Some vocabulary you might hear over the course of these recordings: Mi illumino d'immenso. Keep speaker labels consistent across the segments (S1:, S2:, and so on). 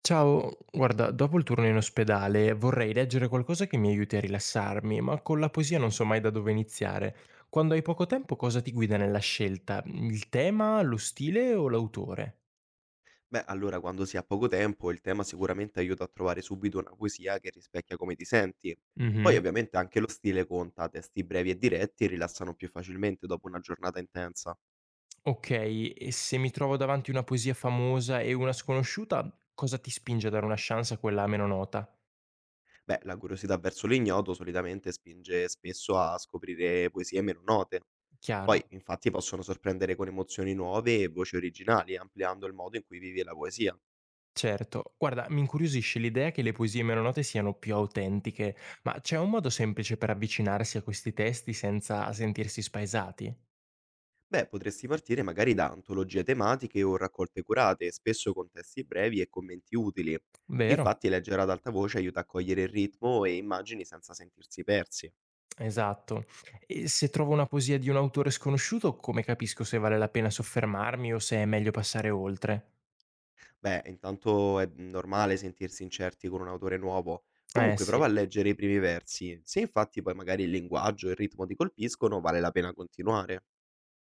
S1: Ciao, guarda, dopo il turno in ospedale vorrei leggere qualcosa che mi aiuti a rilassarmi, ma con la poesia non so mai da dove iniziare. Quando hai poco tempo, cosa ti guida nella scelta? Il tema, lo stile o l'autore?
S2: Beh, allora quando si ha poco tempo, il tema sicuramente aiuta a trovare subito una poesia che rispecchia come ti senti. Poi
S1: Mhm.
S2: ovviamente anche lo stile conta, testi brevi e diretti rilassano più facilmente dopo una giornata intensa.
S1: Ok, e se mi trovo davanti una poesia famosa e una sconosciuta, cosa ti spinge a dare una chance a quella meno nota?
S2: Beh, la curiosità verso l'ignoto solitamente spinge spesso a scoprire poesie meno note.
S1: Chiaro.
S2: Poi infatti possono sorprendere con emozioni nuove e voci originali, ampliando il modo in cui vivi la poesia.
S1: Certo, guarda, mi incuriosisce l'idea che le poesie meno note siano più autentiche, ma c'è un modo semplice per avvicinarsi a questi testi senza sentirsi spaesati?
S2: Beh, potresti partire magari da antologie tematiche o raccolte curate, spesso con testi brevi e commenti utili.
S1: Vero?
S2: Infatti, leggere ad alta voce aiuta a cogliere il ritmo e immagini senza sentirsi persi.
S1: Esatto. E se trovo una poesia di un autore sconosciuto, come capisco se vale la pena soffermarmi o se è meglio passare oltre?
S2: Beh, intanto è normale sentirsi incerti con un autore nuovo.
S1: Eh
S2: Comunque,
S1: sì,
S2: prova a leggere i primi versi. Se infatti poi magari il linguaggio e il ritmo ti colpiscono, vale la pena continuare.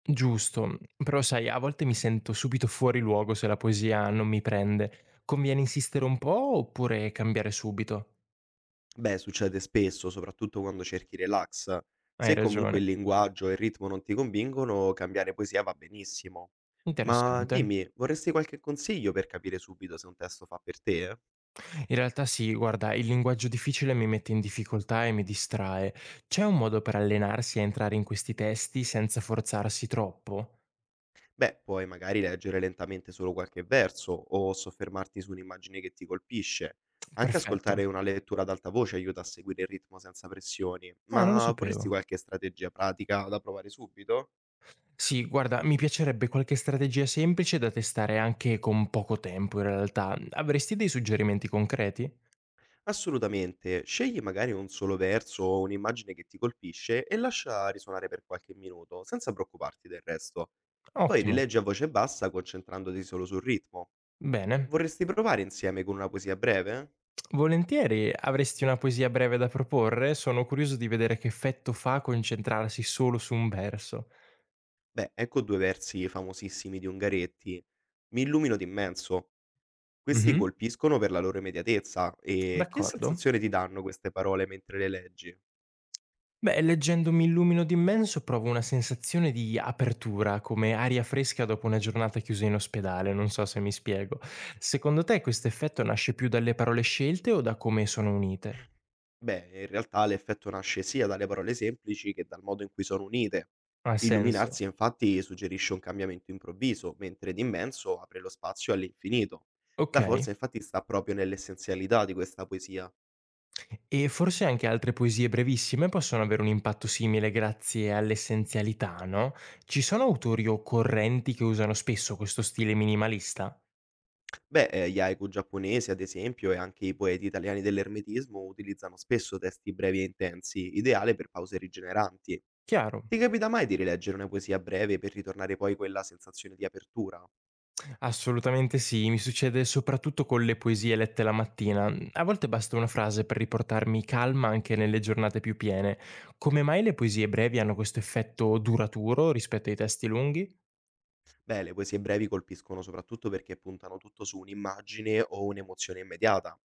S1: giusto, però sai, a volte mi sento subito fuori luogo se la poesia non mi prende. Conviene insistere un po' oppure cambiare subito?
S2: Beh, succede spesso, soprattutto quando cerchi relax.
S1: Hai
S2: Se
S1: ragione.
S2: comunque il linguaggio e il ritmo non ti convincono, cambiare poesia va benissimo. Ma
S1: Interessante.
S2: dimmi, vorresti qualche consiglio per capire subito se un testo fa per te?
S1: In realtà sì, guarda, il linguaggio difficile mi mette in difficoltà e mi distrae. C'è un modo per allenarsi a entrare in questi testi senza forzarsi troppo?
S2: Beh, puoi magari leggere lentamente solo qualche verso o soffermarti su un'immagine che ti colpisce. Anche
S1: Perfetto.
S2: ascoltare una lettura ad alta voce aiuta a seguire il ritmo senza pressioni.
S1: Ah, non lo
S2: Ma vorresti
S1: sapevo.
S2: qualche strategia pratica da provare subito?
S1: Sì, guarda, mi piacerebbe qualche strategia semplice da testare anche con poco tempo, in realtà. Avresti dei suggerimenti concreti?
S2: Assolutamente, scegli magari un solo verso o un'immagine che ti colpisce e lascia risuonare per qualche minuto, senza preoccuparti del resto. Poi
S1: Ottimo.
S2: rileggi a voce bassa concentrandoti solo sul ritmo.
S1: Bene.
S2: Vorresti provare insieme con una poesia breve?
S1: Volentieri, avresti una poesia breve da proporre? Sono curioso di vedere che effetto fa concentrarsi solo su un verso.
S2: Beh, ecco due versi famosissimi di Ungaretti. Mi illumino d'immenso. Questi
S1: Mhm.
S2: colpiscono per la loro immediatezza e che
S1: D'accordo.
S2: sensazione ti danno queste parole mentre le leggi?
S1: Beh, leggendo Mi illumino d'immenso provo una sensazione di apertura, come aria fresca dopo una giornata chiusa in ospedale, non so se mi spiego. Secondo te questo effetto nasce più dalle parole scelte o da come sono unite?
S2: Beh, in realtà l'effetto nasce sia dalle parole semplici che dal modo in cui sono unite.
S1: Ha senso.
S2: Illuminarsi infatti suggerisce un cambiamento improvviso, mentre d'immenso apre lo spazio all'infinito.
S1: Ok.
S2: La forza infatti sta proprio nell'essenzialità di questa poesia.
S1: E forse anche altre poesie brevissime possono avere un impatto simile grazie all'essenzialità, no? Ci sono autori o correnti che usano spesso questo stile minimalista?
S2: Beh, gli haiku giapponesi ad esempio e anche i poeti italiani dell'ermetismo utilizzano spesso testi brevi e intensi, ideale per pause rigeneranti.
S1: Chiaro.
S2: Ti capita mai di rileggere una poesia breve per ritornare poi quella sensazione di apertura?
S1: Assolutamente sì, mi succede soprattutto con le poesie lette la mattina. A volte basta una frase per riportarmi calma anche nelle giornate più piene. Come mai le poesie brevi hanno questo effetto duraturo rispetto ai testi lunghi?
S2: Beh, le poesie brevi colpiscono soprattutto perché puntano tutto su un'immagine o un'emozione immediata.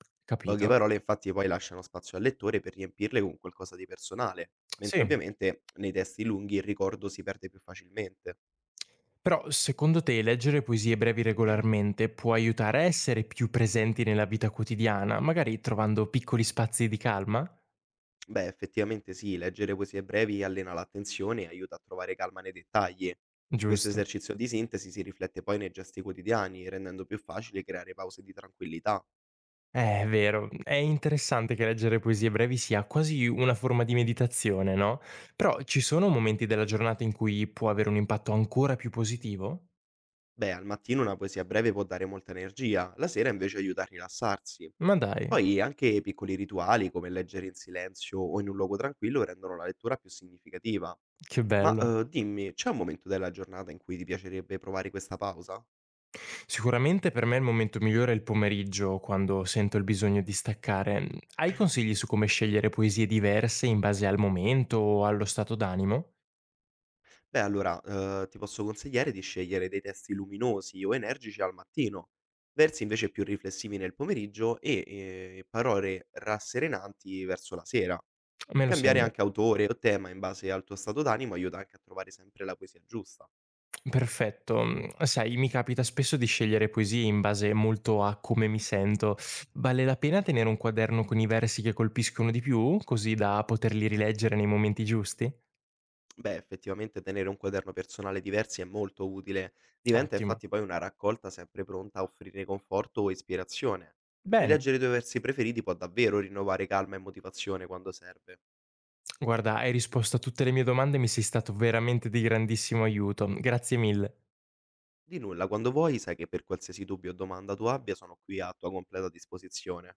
S2: Poche
S1: Capito.
S2: parole infatti poi lasciano spazio al lettore per riempirle con qualcosa di personale, mentre
S1: Sì.
S2: ovviamente nei testi lunghi il ricordo si perde più facilmente.
S1: Però secondo te leggere poesie brevi regolarmente può aiutare a essere più presenti nella vita quotidiana, magari trovando piccoli spazi di calma?
S2: Beh, effettivamente sì, leggere poesie brevi allena l'attenzione e aiuta a trovare calma nei dettagli. Questo
S1: Giusto.
S2: esercizio di sintesi si riflette poi nei gesti quotidiani, rendendo più facile creare pause di tranquillità.
S1: È vero. È interessante che leggere poesie brevi sia quasi una forma di meditazione, no? Però ci sono momenti della giornata in cui può avere un impatto ancora più positivo?
S2: Beh, al mattino una poesia breve può dare molta energia, la sera invece aiuta a rilassarsi.
S1: Ma dai,
S2: Poi anche piccoli rituali come leggere in silenzio o in un luogo tranquillo rendono la lettura più significativa.
S1: che
S2: Ma
S1: bello.
S2: dimmi, c'è un momento della giornata in cui ti piacerebbe provare questa pausa?
S1: Sicuramente per me il momento migliore è il pomeriggio, quando sento il bisogno di staccare. Hai consigli su come scegliere poesie diverse in base al momento o allo stato d'animo?
S2: Beh, allora ti posso consigliare di scegliere dei testi luminosi o energici al mattino, versi invece più riflessivi nel pomeriggio e parole rasserenanti verso la sera.
S1: Me lo
S2: Cambiare
S1: segno.
S2: anche autore o tema in base al tuo stato d'animo aiuta anche a trovare sempre la poesia giusta.
S1: Perfetto. Mhmm, sai, mi capita spesso di scegliere poesie in base molto a come mi sento. Vale la pena tenere un quaderno con i versi che colpiscono di più, così da poterli rileggere nei momenti giusti?
S2: Beh, effettivamente tenere un quaderno personale diversi è molto utile, diventa
S1: Ottimo.
S2: infatti poi una raccolta sempre pronta a offrire conforto o ispirazione.
S1: Bene.
S2: Rileggere i tuoi versi preferiti può davvero rinnovare calma e motivazione quando serve.
S1: Guarda, hai risposto a tutte le mie domande e mi sei stato veramente di grandissimo aiuto. Grazie mille.
S2: Di nulla, quando vuoi, sai che per qualsiasi dubbio o domanda tu abbia sono qui a tua completa disposizione.